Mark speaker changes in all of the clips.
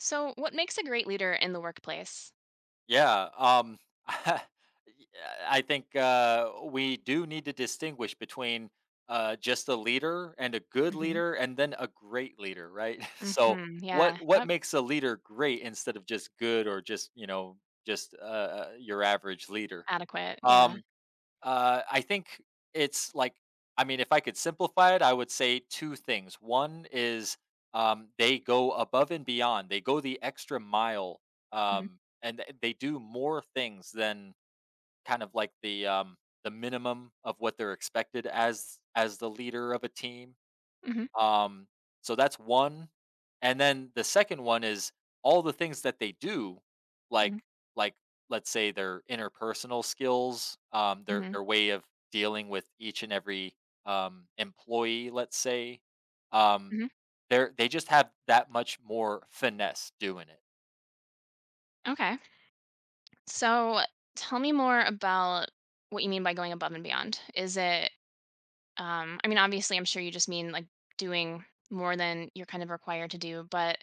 Speaker 1: So, what makes a great leader in the workplace?
Speaker 2: Yeah, um, y I think, we do need to distinguish between, just a leader and a good
Speaker 1: Mm-hmm.
Speaker 2: leader and then a great leader, right? So,
Speaker 1: Mm-hmm.
Speaker 2: what
Speaker 1: Yeah.
Speaker 2: what
Speaker 1: Yep.
Speaker 2: makes a leader great instead of just good or just, just, your average leader?
Speaker 1: Adequate. Yeah.
Speaker 2: Um I think it's like, I mean, if I could simplify it, I would say two things. One is they go above and beyond, they go the extra mile,
Speaker 1: Mm-hmm.
Speaker 2: and they do more things than kind of like the the minimum of what they're expected as the leader of a team.
Speaker 1: Mm-hmm.
Speaker 2: Um, so that's one, and then the second one is all the things that they do,
Speaker 1: Mm-hmm.
Speaker 2: like like let's say their interpersonal skills, their
Speaker 1: Mm-hmm.
Speaker 2: their way of dealing with each and every employee, let's say, um,
Speaker 1: Hmm.
Speaker 2: they just have that much more finesse doing it,
Speaker 1: Okay. So, tell me more about what you mean by going above and beyond. Is it, I mean, obviously, I'm sure you just mean like doing more than you're kind of required to do, but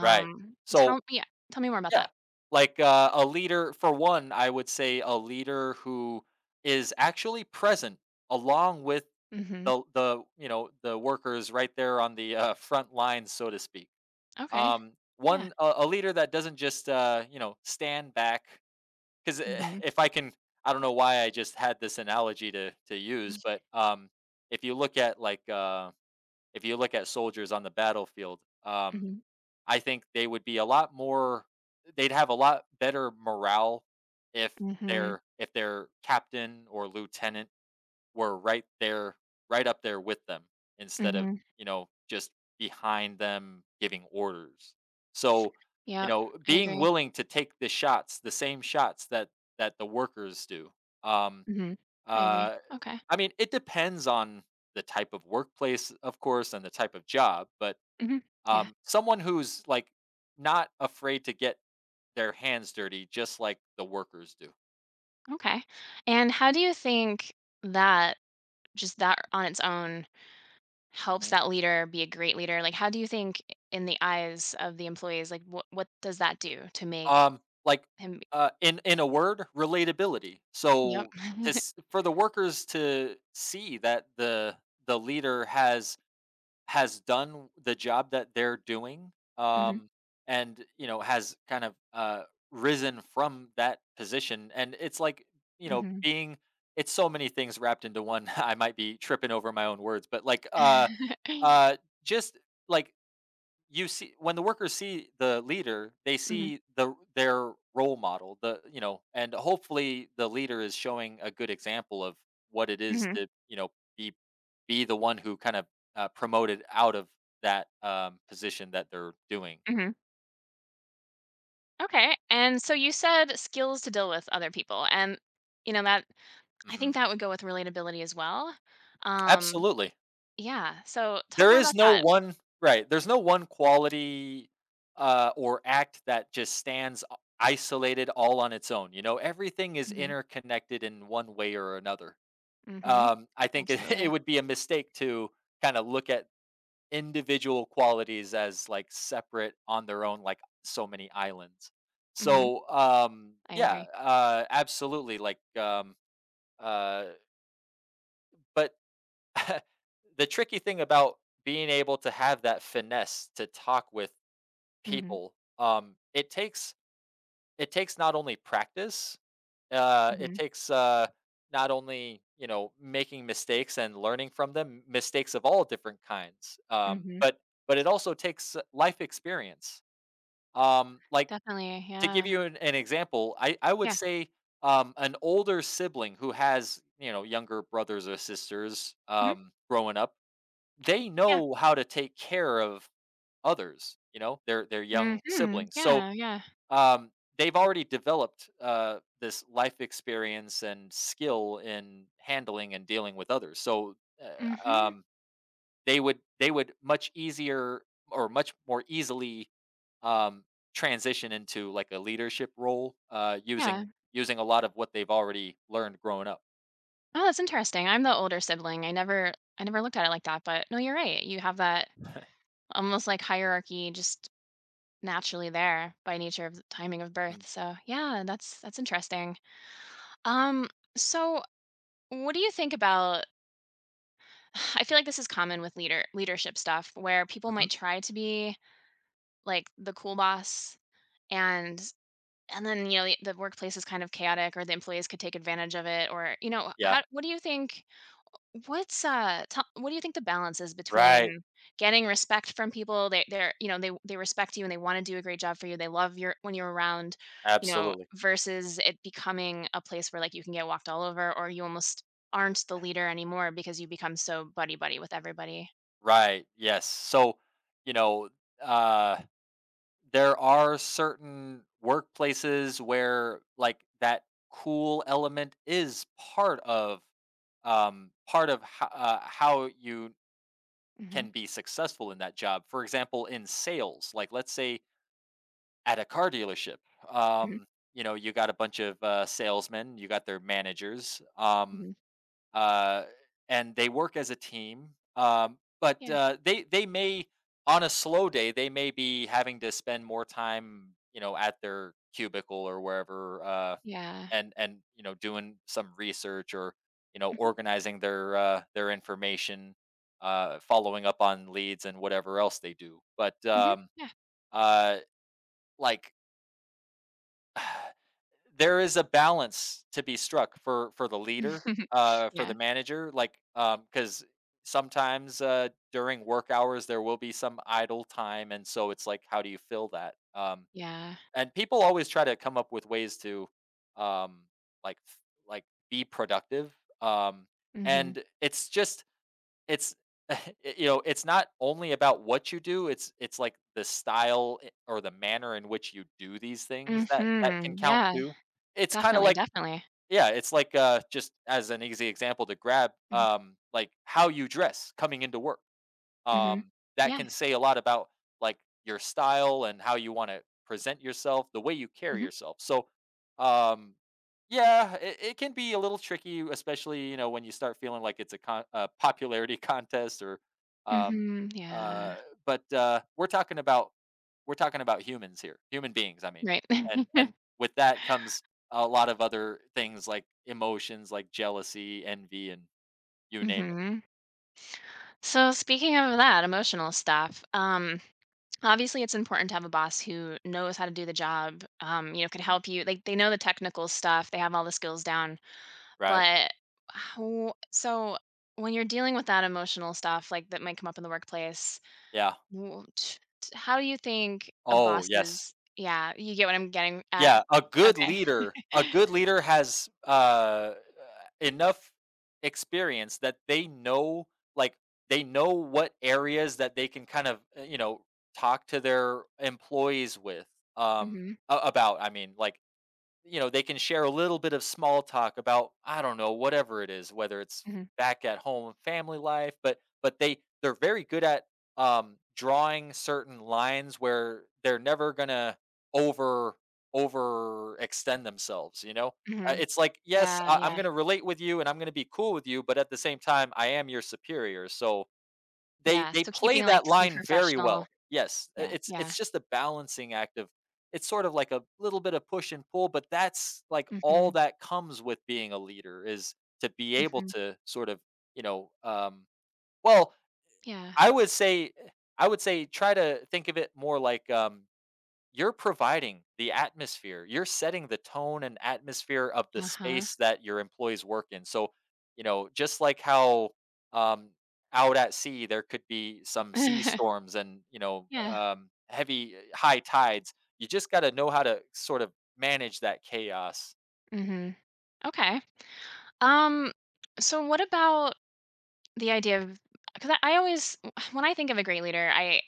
Speaker 2: right?
Speaker 1: tell,
Speaker 2: So
Speaker 1: yeah, tell me more about
Speaker 2: yeah,
Speaker 1: that.
Speaker 2: like a leader for one, I would say a leader who is actually present along with
Speaker 1: Mm-hmm.
Speaker 2: the the workers right there on the front lines so to speak.
Speaker 1: Okay. Yeah.
Speaker 2: One a leader that doesn't just stand back because
Speaker 1: Mm-hmm.
Speaker 2: if I can, I don't know why I just had this analogy to use, but if you look at like if you look at soldiers on the battlefield,
Speaker 1: Mm-hmm.
Speaker 2: I think they would be a lot more. They'd have a lot better morale if
Speaker 1: Mm-hmm.
Speaker 2: if their captain or lieutenant were right there right up there with them instead of,
Speaker 1: Mm-hmm.
Speaker 2: you know, just behind them giving orders. So, you
Speaker 1: Yep.
Speaker 2: know,
Speaker 1: I
Speaker 2: being
Speaker 1: agree.
Speaker 2: willing to take the shots, the same shots that the workers do. Um
Speaker 1: Mm-hmm. I agree.
Speaker 2: uh
Speaker 1: Okay.
Speaker 2: I mean, it depends on the type of workplace, of course, and the type of job, but
Speaker 1: Mm-hmm. Yeah.
Speaker 2: someone who's like not afraid to get their hands dirty just like the workers do.
Speaker 1: Okay. And how do you think that just that on its own helps that leader be a great leader? Like how do you think in the eyes of the employees, like what does that do to make
Speaker 2: Like,
Speaker 1: him.
Speaker 2: in a word, relatability.
Speaker 1: Yep.
Speaker 2: So this, for the workers to see that the leader has done the job that they're doing,
Speaker 1: Mhm.
Speaker 2: um, and you know has kind of risen from that position, and it's like you know
Speaker 1: Mhm.
Speaker 2: being it's so many things wrapped into one. I might be tripping over my own words, but uh just like you see, when the workers see the leader, they
Speaker 1: Mhm.
Speaker 2: see their role model, the you know, and hopefully the leader is showing a good example of what it
Speaker 1: Mhm.
Speaker 2: is
Speaker 1: Mhm.
Speaker 2: to you know be be the one who kind of promoted out of that position that they're doing.
Speaker 1: Okay. And so you said skills to deal with other people, and that I
Speaker 2: hmm.
Speaker 1: think that would go with relatability as well. Um
Speaker 2: Absolutely,
Speaker 1: yeah. So talk
Speaker 2: there
Speaker 1: more
Speaker 2: is
Speaker 1: about
Speaker 2: no
Speaker 1: that.
Speaker 2: one right. There's no one quality or act that just stands isolated all on its own. You know, everything is
Speaker 1: Mhm.
Speaker 2: interconnected in one way or another.
Speaker 1: Mhm.
Speaker 2: I think it, it
Speaker 1: Absolutely.
Speaker 2: would be a mistake to kind of look at individual qualities as like separate on their own, like so many islands.
Speaker 1: Mhm.
Speaker 2: So
Speaker 1: I
Speaker 2: yeah,
Speaker 1: agree.
Speaker 2: absolutely. Like, uh, but the tricky thing about being able to have that finesse to talk with
Speaker 1: Mhm,
Speaker 2: people, it takes not only practice. It
Speaker 1: mhm,
Speaker 2: takes, not only, you know, making mistakes and learning from them, mistakes of all different kinds, um,
Speaker 1: mhm.
Speaker 2: but but it also takes life experience. Like,
Speaker 1: Definitely,
Speaker 2: to give
Speaker 1: yeah.
Speaker 2: you an example, I would
Speaker 1: Yeah.
Speaker 2: say, an older sibling who has, you know, younger brothers or sisters,
Speaker 1: Mhm,
Speaker 2: growing up, they
Speaker 1: yeah.
Speaker 2: know how to take care of others, you know, their young
Speaker 1: Mhm,
Speaker 2: siblings, so
Speaker 1: yeah, yeah.
Speaker 2: um, they've already developed this life experience and skill in handling and dealing with others. So uh,
Speaker 1: Mhm,
Speaker 2: um, they would much easier or much more easily um, transition into like a leadership role
Speaker 1: yeah.
Speaker 2: using a lot of what they've already learned growing up.
Speaker 1: Oh, that's interesting. I'm the older sibling. I never looked at it like that, but no, you're right. You have that almost like hierarchy just naturally there by nature of the timing of birth. So, yeah, that's interesting. Um, so what do you think about, I feel like this is common with leadership stuff where people
Speaker 2: Mm-hmm.
Speaker 1: might try to be like the cool boss, and And then, you know, the workplace is kind of chaotic, or the employees could take advantage of it, or, you know,
Speaker 2: Yeah.
Speaker 1: how what do you think what's t- what do you think the balance is
Speaker 2: Right.
Speaker 1: between getting respect from people, they're, you know, they respect you and they want to do a great job for you. They love your when you're around, you know,
Speaker 2: Absolutely.
Speaker 1: versus it becoming a place where like you can get walked all over, or you almost aren't the leader anymore because you become so buddy buddy with everybody.
Speaker 2: Right. Yes. So you know. Uh, There are certain workplaces where, like, that cool element is part of ho how you
Speaker 1: Mhm.
Speaker 2: can be successful in that job. For example, in sales, like, let's say at a car dealership,
Speaker 1: Mhm.
Speaker 2: um, you know, you got a bunch of, salesmen, you got their managers,
Speaker 1: Mhm.
Speaker 2: uh, and they work as a team. But
Speaker 1: Yeah.
Speaker 2: they may on a slow day they may be having to spend more time you know at their cubicle or wherever,
Speaker 1: Yeah.
Speaker 2: and you know doing some research or you know
Speaker 1: Mhm.
Speaker 2: organizing their their information, following up on leads and whatever else they do. But
Speaker 1: Mhm. Yeah.
Speaker 2: uh, like. there is a balance to be struck for the leader, for
Speaker 1: Yeah.
Speaker 2: the manager, like, because sometimes, during work hours, there will be some idle time, and so it's like, how do you fill that?
Speaker 1: Yeah.
Speaker 2: And people always try to come up with ways to, um, like, f be productive, um,
Speaker 1: Mhm.
Speaker 2: and it's just it's you know, it's not only about what you do, it's like the style I or the manner in which you do these things that can
Speaker 1: Mhm.
Speaker 2: count
Speaker 1: Yeah.
Speaker 2: too. It's kinda
Speaker 1: Definitely,
Speaker 2: like
Speaker 1: definitely.
Speaker 2: yeah, it's like, just as an easy example to grab,
Speaker 1: Mhm,
Speaker 2: like, how you dress coming into work,
Speaker 1: mhm.
Speaker 2: um, that
Speaker 1: Yeah.
Speaker 2: can say a lot about like your style and how you want to present yourself, the way you carry
Speaker 1: Mhm,
Speaker 2: yourself. So, um, yeah, it can be a little tricky, especially you know when you start feeling like it's a, a popularity contest or, um,
Speaker 1: mhm. Yeah.
Speaker 2: uh, but we're talking about humans here, human beings. I mean,
Speaker 1: Right.
Speaker 2: and with that comes a lot of other things like emotions, like jealousy, envy, and you name it.
Speaker 1: Mhm. So speaking of that emotional stuff, obviously, it's important to have a boss who knows how to do the job, could
Speaker 2: Mhm.
Speaker 1: help you like, they know the technical stuff, they have all the skills down,
Speaker 2: Right?
Speaker 1: but how so when you're dealing with that emotional stuff, like, that might come up in the workplace.
Speaker 2: Yeah.
Speaker 1: Well, t t how do you think a
Speaker 2: Oh, yes.
Speaker 1: boss's yeah, you get what I'm getting at?
Speaker 2: Yeah,
Speaker 1: Okay.
Speaker 2: a good leader has, enough experience that they know, like, they know what areas that they can kind of, you know, talk to their employees with, um,
Speaker 1: Mhm,
Speaker 2: a about, I mean, like you know, they can share a little bit of small talk about I don't know whatever it is, whether it's
Speaker 1: mhm,
Speaker 2: back at home family life, but they they're very good at drawing certain lines where they're never gonna over overextend themselves. You know,
Speaker 1: mhm.
Speaker 2: it's like yes,
Speaker 1: Yeah,
Speaker 2: I'm
Speaker 1: yeah,
Speaker 2: gonna relate with you and I'm gonna be cool with you, but at the same time, I am your superior, so
Speaker 1: yeah.
Speaker 2: they
Speaker 1: So
Speaker 2: play
Speaker 1: keeping, like,
Speaker 2: that
Speaker 1: some
Speaker 2: line very
Speaker 1: professional.
Speaker 2: well. Yes, I
Speaker 1: Yeah,
Speaker 2: it's
Speaker 1: yeah.
Speaker 2: just a balancing act of it's sort of like a little bit of push and pull, but that's, like, all
Speaker 1: Mhm,
Speaker 2: that comes with being a leader is to be able
Speaker 1: mhm.
Speaker 2: to sort of, you know, well,
Speaker 1: Yeah.
Speaker 2: I would say try to think of it more like, you're providing the atmosphere. You're setting the tone and atmosphere of the
Speaker 1: Uh-huh.
Speaker 2: space that your employees work in. So, you know, just like how um, out at sea there could be some sea storms and you know
Speaker 1: Yeah.
Speaker 2: heavy high tides. You just got to know how to sort of manage that chaos.
Speaker 1: Mhm. Okay. Um, so what about the idea of, 'cause I always, when I think of a great leader,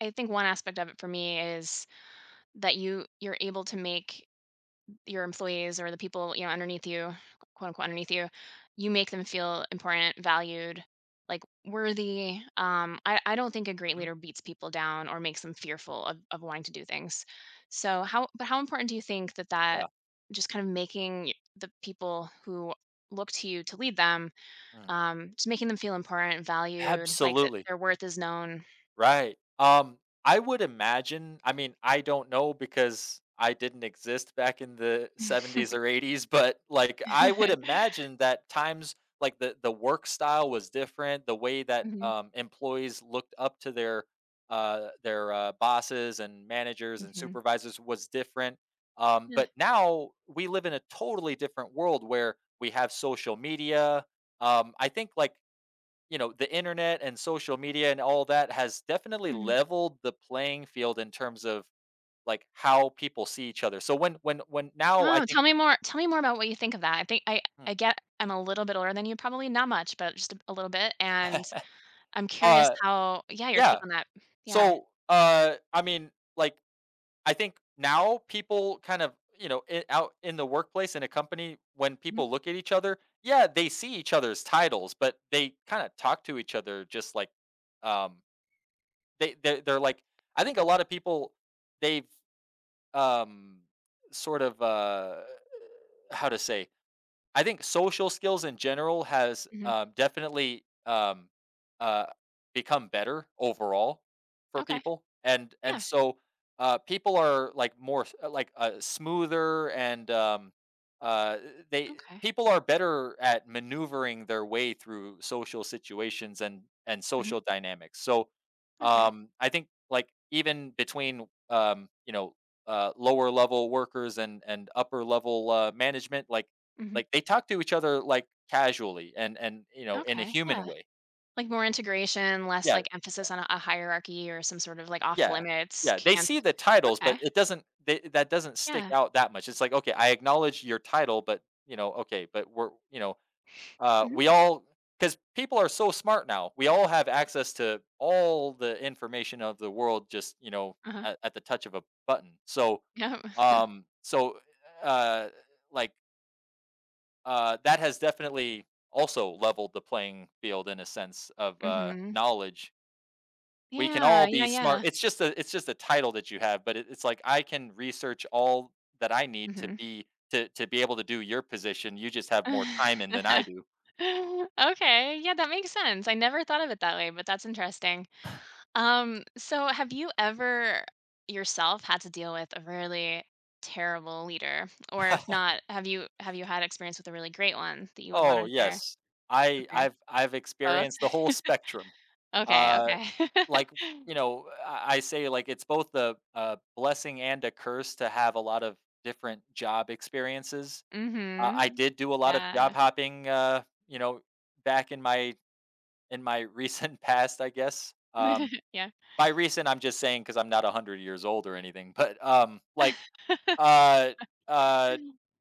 Speaker 1: I think one aspect of it for me is that you're able to make your employees, or the people, you know, underneath you, quote unquote underneath you, you make them feel important, valued, like worthy. I don't think a great
Speaker 2: Mhm.
Speaker 1: leader beats people down or makes them fearful of, wanting to do things. So but how important do you think that
Speaker 2: Yeah.
Speaker 1: just kind of making the people who look to you to lead them,
Speaker 2: Mm.
Speaker 1: just making them feel important, valued, like that
Speaker 2: Absolutely.
Speaker 1: their worth is known.
Speaker 2: Right. I would imagine, I mean, I don't know because I didn't exist back in the 70s or 80s, but like I would imagine that times like the work style was different, the way that
Speaker 1: Mhm,
Speaker 2: employees looked up to their bosses and managers and
Speaker 1: mhm.
Speaker 2: supervisors was different.
Speaker 1: Yeah.
Speaker 2: But now we live in a totally different world where we have social media. I think like you know, the internet and social media and all that has definitely
Speaker 1: Hmm.
Speaker 2: leveled the playing field in terms of, like, how people see each other. So when now I
Speaker 1: Oh,
Speaker 2: think.
Speaker 1: tell me more about what you think of that. I think I
Speaker 2: Hmm.
Speaker 1: get. I'm a little bit older than you probably, not much, but just a little bit, and I'm curious,
Speaker 2: Uh,
Speaker 1: how yeah, your
Speaker 2: yeah.
Speaker 1: take on that. Yeah.
Speaker 2: So, I mean, like, I think now people kind of, you know, I out in the workplace, in a company, when
Speaker 1: Mhm.
Speaker 2: people look at each other, yeah, they see each other's titles, but they kinda talk to each other just like, um, they're like I think a lot of people, they've um sort of how to say I think social skills in general has
Speaker 1: Mhm.
Speaker 2: definitely uh, become better overall for
Speaker 1: Okay.
Speaker 2: people, and
Speaker 1: Yeah.
Speaker 2: so people are like like smoother and uh, they
Speaker 1: Okay.
Speaker 2: people are better at maneuvering their way through social situations and
Speaker 1: Mhm.
Speaker 2: social dynamics. So
Speaker 1: Okay.
Speaker 2: I think like even between you know lower level workers and upper level management, like
Speaker 1: Mhm.
Speaker 2: like, they talk to each other, like, casually and you know, in a
Speaker 1: Okay.
Speaker 2: human
Speaker 1: Yeah.
Speaker 2: way.
Speaker 1: Like more integration, less
Speaker 2: Yeah.
Speaker 1: like
Speaker 2: Yeah.
Speaker 1: emphasis on a hierarchy or some sort of like off
Speaker 2: Yeah.
Speaker 1: limits.
Speaker 2: Yeah, they
Speaker 1: Can't.
Speaker 2: see the titles,
Speaker 1: Okay.
Speaker 2: but it doesn't they that doesn't stick
Speaker 1: Yeah.
Speaker 2: out that much. It's like, "Okay, I acknowledge your title, but, you know, okay, but we're," you know,
Speaker 1: Mhm.
Speaker 2: we all because people are so smart now. We all have access to all the information of the world just, you know,
Speaker 1: Uh-huh.
Speaker 2: at the touch of a button. So,
Speaker 1: Yep.
Speaker 2: um, so, uh, like that has definitely also leveled the playing field in a sense of
Speaker 1: Mhm.
Speaker 2: knowledge. We can
Speaker 1: Yeah.
Speaker 2: all
Speaker 1: Yeah.
Speaker 2: be smart.
Speaker 1: Yeah.
Speaker 2: It's just a title that you have, but it's like I can research all that I need to
Speaker 1: Mhm.
Speaker 2: be to be able to do your position. You just have more time in than I do.
Speaker 1: Okay, yeah, that makes sense. I never thought of it that way, but that's interesting. So have you ever yourself had to deal with a really terrible leader? Or if not, have you had experience with a really great one that you would want
Speaker 2: Oh
Speaker 1: to share?
Speaker 2: yes,
Speaker 1: Okay.
Speaker 2: I've
Speaker 1: Both?
Speaker 2: experienced the whole spectrum.
Speaker 1: Okay,
Speaker 2: Uh,
Speaker 1: okay.
Speaker 2: like you know, I say like it's both a blessing and a curse to have a lot of different job experiences. I
Speaker 1: Mhm.
Speaker 2: did do a lot of job
Speaker 1: Yeah.
Speaker 2: hopping, you know, back in my recent past, I guess.
Speaker 1: Yeah.
Speaker 2: By recent, I'm just saying because I'm not 100 years old or anything, but uh, uh,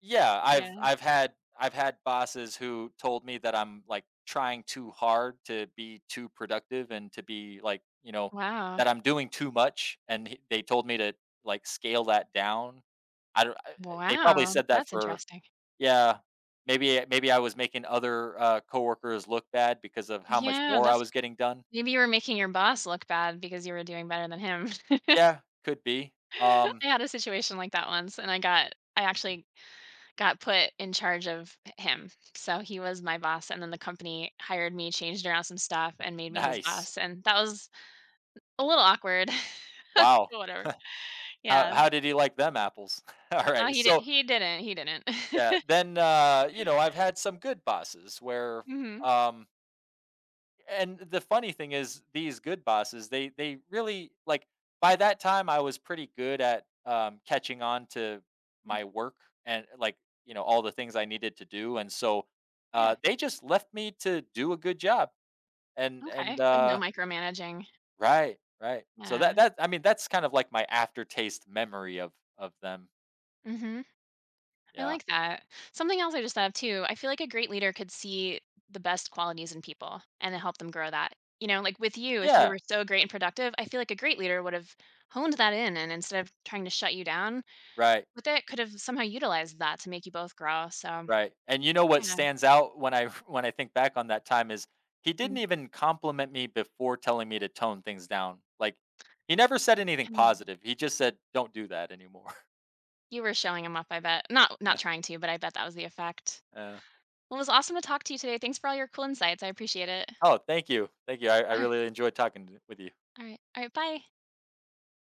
Speaker 2: yeah,
Speaker 1: Yeah.
Speaker 2: I've had bosses who told me that I'm like trying too hard to be too productive and to be like, you know,
Speaker 1: Wow.
Speaker 2: that I'm doing too much, and they told me to like scale that down. I don't. They probably
Speaker 1: Wow,
Speaker 2: said that
Speaker 1: that's
Speaker 2: for
Speaker 1: interesting.
Speaker 2: yeah, maybe I was making other, coworkers look bad because of how much
Speaker 1: Yeah,
Speaker 2: more I
Speaker 1: that's
Speaker 2: was getting done.
Speaker 1: maybe you were making your boss look bad because you were doing better than him.
Speaker 2: Yeah, could be.
Speaker 1: I had a situation like that once, and I actually got put in charge of him. So he was my boss, and then the company hired me, changed around some stuff, and made me his
Speaker 2: Nice.
Speaker 1: boss. And that was a little awkward. But
Speaker 2: Wow.
Speaker 1: whatever. Yeah.
Speaker 2: How did he like them apples?
Speaker 1: No,
Speaker 2: Alright,
Speaker 1: he did.
Speaker 2: so,
Speaker 1: He didn't. He didn't.
Speaker 2: yeah, then, you know, I've had some good bosses where,
Speaker 1: Hmm.
Speaker 2: um and the funny thing is these good bosses they really like by that time I was pretty good at catching on to my work and like you know all the things I needed to do and so,
Speaker 1: Yeah.
Speaker 2: they just left me to do a good job and
Speaker 1: Okay. Like no micromanaging.
Speaker 2: right so
Speaker 1: Yeah.
Speaker 2: that I mean that's kind of like my aftertaste memory of them.
Speaker 1: Hmm. I
Speaker 2: Yeah.
Speaker 1: like that. Something else I just thought of too, I feel like a great leader could see the best qualities in people and then help them grow that. You know, like with you, if you
Speaker 2: Yeah.
Speaker 1: were so great and productive, I feel like a great leader would have honed that in, and instead of trying to shut you down
Speaker 2: Right.
Speaker 1: with it, could have somehow utilized that to make you both grow. So
Speaker 2: Right, and you know what
Speaker 1: yeah.
Speaker 2: stands out when I when I think back on that time is he didn't
Speaker 1: Mm,
Speaker 2: even compliment me before telling me to tone things down. Like, he never said anything
Speaker 1: mm.
Speaker 2: positive. He just said, "Don't do that anymore."
Speaker 1: You were showing him up, I bet. Not
Speaker 2: Yeah,
Speaker 1: trying to, but I bet that was the effect.
Speaker 2: yeah.
Speaker 1: Well, it was awesome to talk to you today. Thanks for all your cool insights. I appreciate it.
Speaker 2: Oh, thank you, thank you. I
Speaker 1: All right.
Speaker 2: really enjoyed talking t with you.
Speaker 1: All right. All right. Bye.